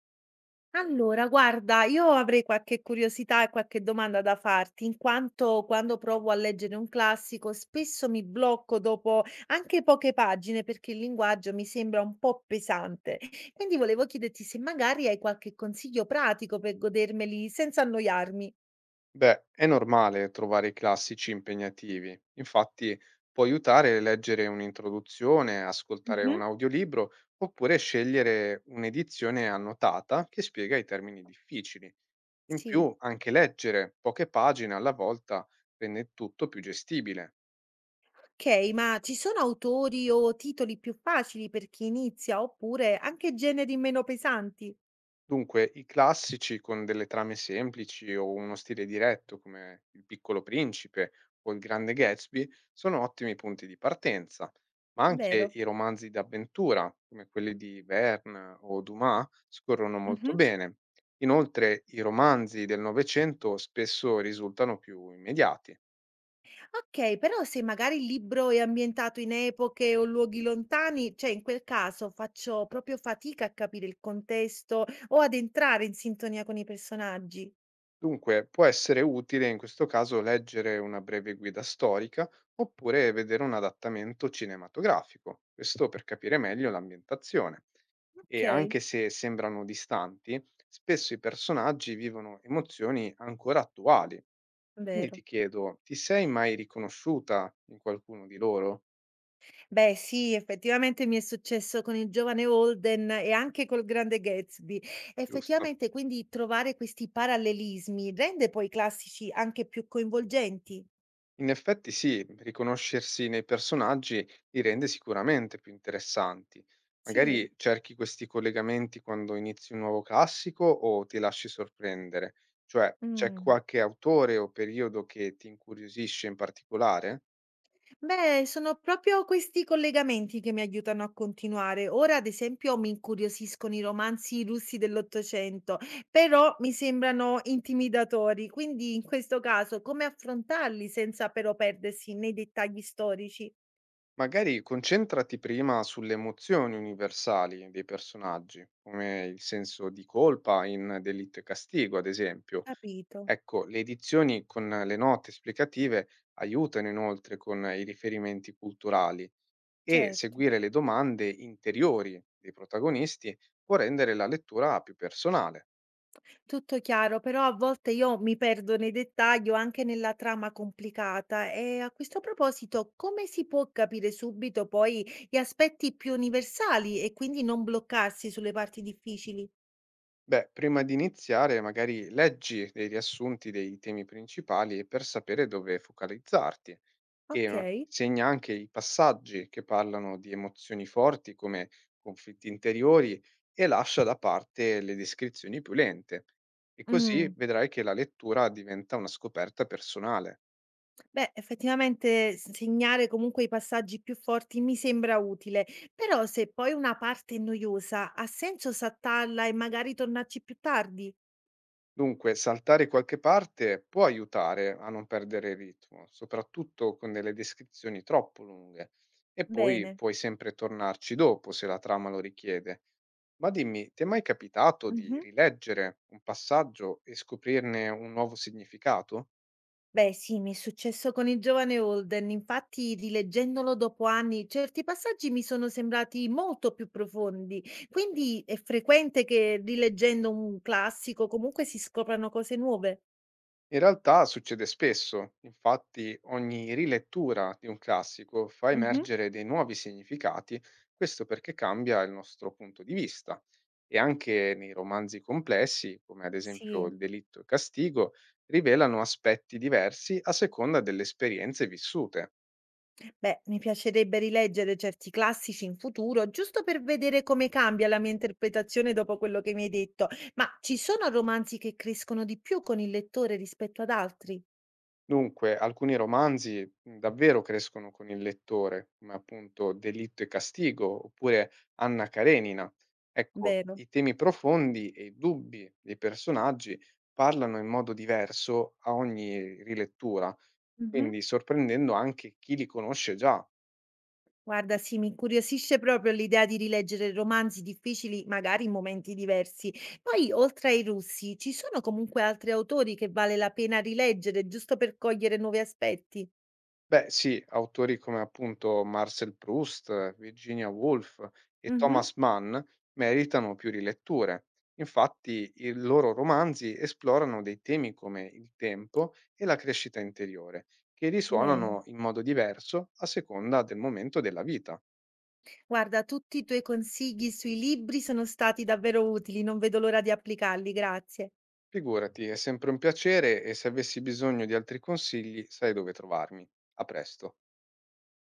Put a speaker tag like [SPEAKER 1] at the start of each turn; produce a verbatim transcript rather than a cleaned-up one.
[SPEAKER 1] Allora, guarda, io avrei qualche curiosità e qualche domanda da farti, in quanto quando provo a leggere un classico spesso mi blocco dopo anche poche pagine perché il linguaggio mi sembra un po' pesante. Quindi volevo chiederti se magari hai qualche consiglio pratico per godermeli senza annoiarmi.
[SPEAKER 2] Beh, è normale trovare i classici impegnativi. Infatti, può aiutare leggere un'introduzione, ascoltare
[SPEAKER 1] Mhm.
[SPEAKER 2] un audiolibro oppure scegliere un'edizione annotata che spiega i termini difficili. In
[SPEAKER 1] Sì.
[SPEAKER 2] più, anche leggere poche pagine alla volta rende tutto più gestibile.
[SPEAKER 1] Ok, ma ci sono autori o titoli più facili per chi inizia oppure anche generi meno pesanti,
[SPEAKER 2] Dunque, i classici con delle trame semplici o uno stile diretto come Il Piccolo Principe o Il Grande Gatsby sono ottimi punti di partenza, ma anche
[SPEAKER 1] vero?
[SPEAKER 2] i romanzi d'avventura come quelli di Verne o Dumas scorrono molto bene. Inoltre, i romanzi del Novecento spesso risultano più immediati.
[SPEAKER 1] Okay, però se magari il libro è ambientato in epoche o luoghi lontani, cioè in quel caso faccio proprio fatica a capire il contesto o ad entrare in sintonia con i personaggi.
[SPEAKER 2] Dunque, può essere utile in questo caso leggere una breve guida storica oppure vedere un adattamento cinematografico, questo per capire meglio l'ambientazione. E
[SPEAKER 1] Okay,
[SPEAKER 2] anche se sembrano distanti, spesso i personaggi vivono emozioni ancora attuali. Quindi
[SPEAKER 1] vero.
[SPEAKER 2] ti chiedo, ti sei mai riconosciuta in qualcuno di loro?
[SPEAKER 1] Beh sì, effettivamente mi è successo con il giovane Holden e anche col grande Gatsby.
[SPEAKER 2] Giusto?
[SPEAKER 1] Effettivamente quindi trovare questi parallelismi rende poi i classici anche più coinvolgenti?
[SPEAKER 2] In effetti sì, riconoscersi nei personaggi li rende sicuramente più interessanti.
[SPEAKER 1] Sì?
[SPEAKER 2] Magari cerchi questi collegamenti quando inizi un nuovo classico o ti lasci sorprendere? Cioè, c'è
[SPEAKER 1] Mh.
[SPEAKER 2] qualche autore o periodo che ti incuriosisce in particolare?
[SPEAKER 1] Beh, sono proprio questi collegamenti che mi aiutano a continuare. Ora, ad esempio, mi incuriosiscono i romanzi russi dell'Ottocento, però mi sembrano intimidatori. Quindi, in questo caso, come affrontarli senza però perdersi nei dettagli storici?
[SPEAKER 2] Magari concentrati prima sulle emozioni universali dei personaggi, come il senso di colpa in Delitto e Castigo, ad esempio.
[SPEAKER 1] Capito,
[SPEAKER 2] Ecco, le edizioni con le note esplicative aiutano inoltre con i riferimenti culturali e
[SPEAKER 1] certo.
[SPEAKER 2] seguire le domande interiori dei protagonisti può rendere la lettura più personale.
[SPEAKER 1] Tutto chiaro, però a volte io mi perdo nei dettagli o anche nella trama complicata e a questo proposito come si può capire subito poi gli aspetti più universali e quindi non bloccarsi sulle parti difficili?
[SPEAKER 2] Beh, prima di iniziare, magari leggi dei riassunti dei temi principali per sapere dove focalizzarti. E
[SPEAKER 1] Ok?
[SPEAKER 2] eh, segna anche i passaggi che parlano di emozioni forti come conflitti interiori e lascia da parte le descrizioni più lente. E così
[SPEAKER 1] Mm.
[SPEAKER 2] vedrai che la lettura diventa una scoperta personale.
[SPEAKER 1] Beh, effettivamente s- segnare comunque i passaggi più forti mi sembra utile, però se poi una parte è noiosa, ha senso saltarla e magari tornarci più tardi?
[SPEAKER 2] Dunque, saltare qualche parte può aiutare a non perdere il ritmo, soprattutto con delle descrizioni troppo lunghe, e poi
[SPEAKER 1] Bene.
[SPEAKER 2] puoi sempre tornarci dopo se la trama lo richiede. Ma dimmi, ti è mai capitato di
[SPEAKER 1] Mhm.
[SPEAKER 2] rileggere un passaggio e scoprirne un nuovo significato?
[SPEAKER 1] Beh sì, mi è successo con il giovane Holden, infatti rileggendolo dopo anni certi passaggi mi sono sembrati molto più profondi, quindi è frequente che rileggendo un classico comunque si scoprano cose nuove.
[SPEAKER 2] In realtà succede spesso, infatti ogni rilettura di un classico fa
[SPEAKER 1] Mhm.
[SPEAKER 2] emergere dei nuovi significati, questo perché cambia il nostro punto di vista. E anche nei romanzi complessi, come ad esempio
[SPEAKER 1] Sì,
[SPEAKER 2] Il delitto e Castigo, rivelano aspetti diversi a seconda delle esperienze vissute.
[SPEAKER 1] beh, mi piacerebbe rileggere certi classici in futuro, giusto per vedere come cambia la mia interpretazione dopo quello che mi hai detto, ma ci sono romanzi che crescono di più con il lettore rispetto ad altri,
[SPEAKER 2] Dunque, alcuni romanzi mhmm, davvero crescono con il lettore, come appunto Delitto e Castigo oppure Anna Karenina. Ecco,
[SPEAKER 1] vero?
[SPEAKER 2] i temi profondi e i dubbi dei personaggi parlano in modo diverso a ogni rilettura,
[SPEAKER 1] Mhm.
[SPEAKER 2] quindi sorprendendo anche chi li conosce già.
[SPEAKER 1] Guarda, sì, mi incuriosisce proprio l'idea di rileggere romanzi difficili, magari in momenti diversi. Poi, oltre ai russi, ci sono comunque altri autori che vale la pena rileggere, giusto per cogliere nuovi aspetti?
[SPEAKER 2] Beh sì, autori come appunto Marcel Proust, Virginia Woolf e
[SPEAKER 1] Mhm.
[SPEAKER 2] Thomas Mann meritano più riletture. Infatti i loro romanzi esplorano dei temi come il tempo e la crescita interiore, che
[SPEAKER 1] Bene.
[SPEAKER 2] risuonano in modo diverso a seconda del momento della vita.
[SPEAKER 1] Guarda, tutti i tuoi consigli sui libri sono stati davvero utili, non vedo l'ora di applicarli, grazie.
[SPEAKER 2] Figurati, è sempre un piacere e se avessi bisogno di altri consigli sai dove trovarmi. A presto.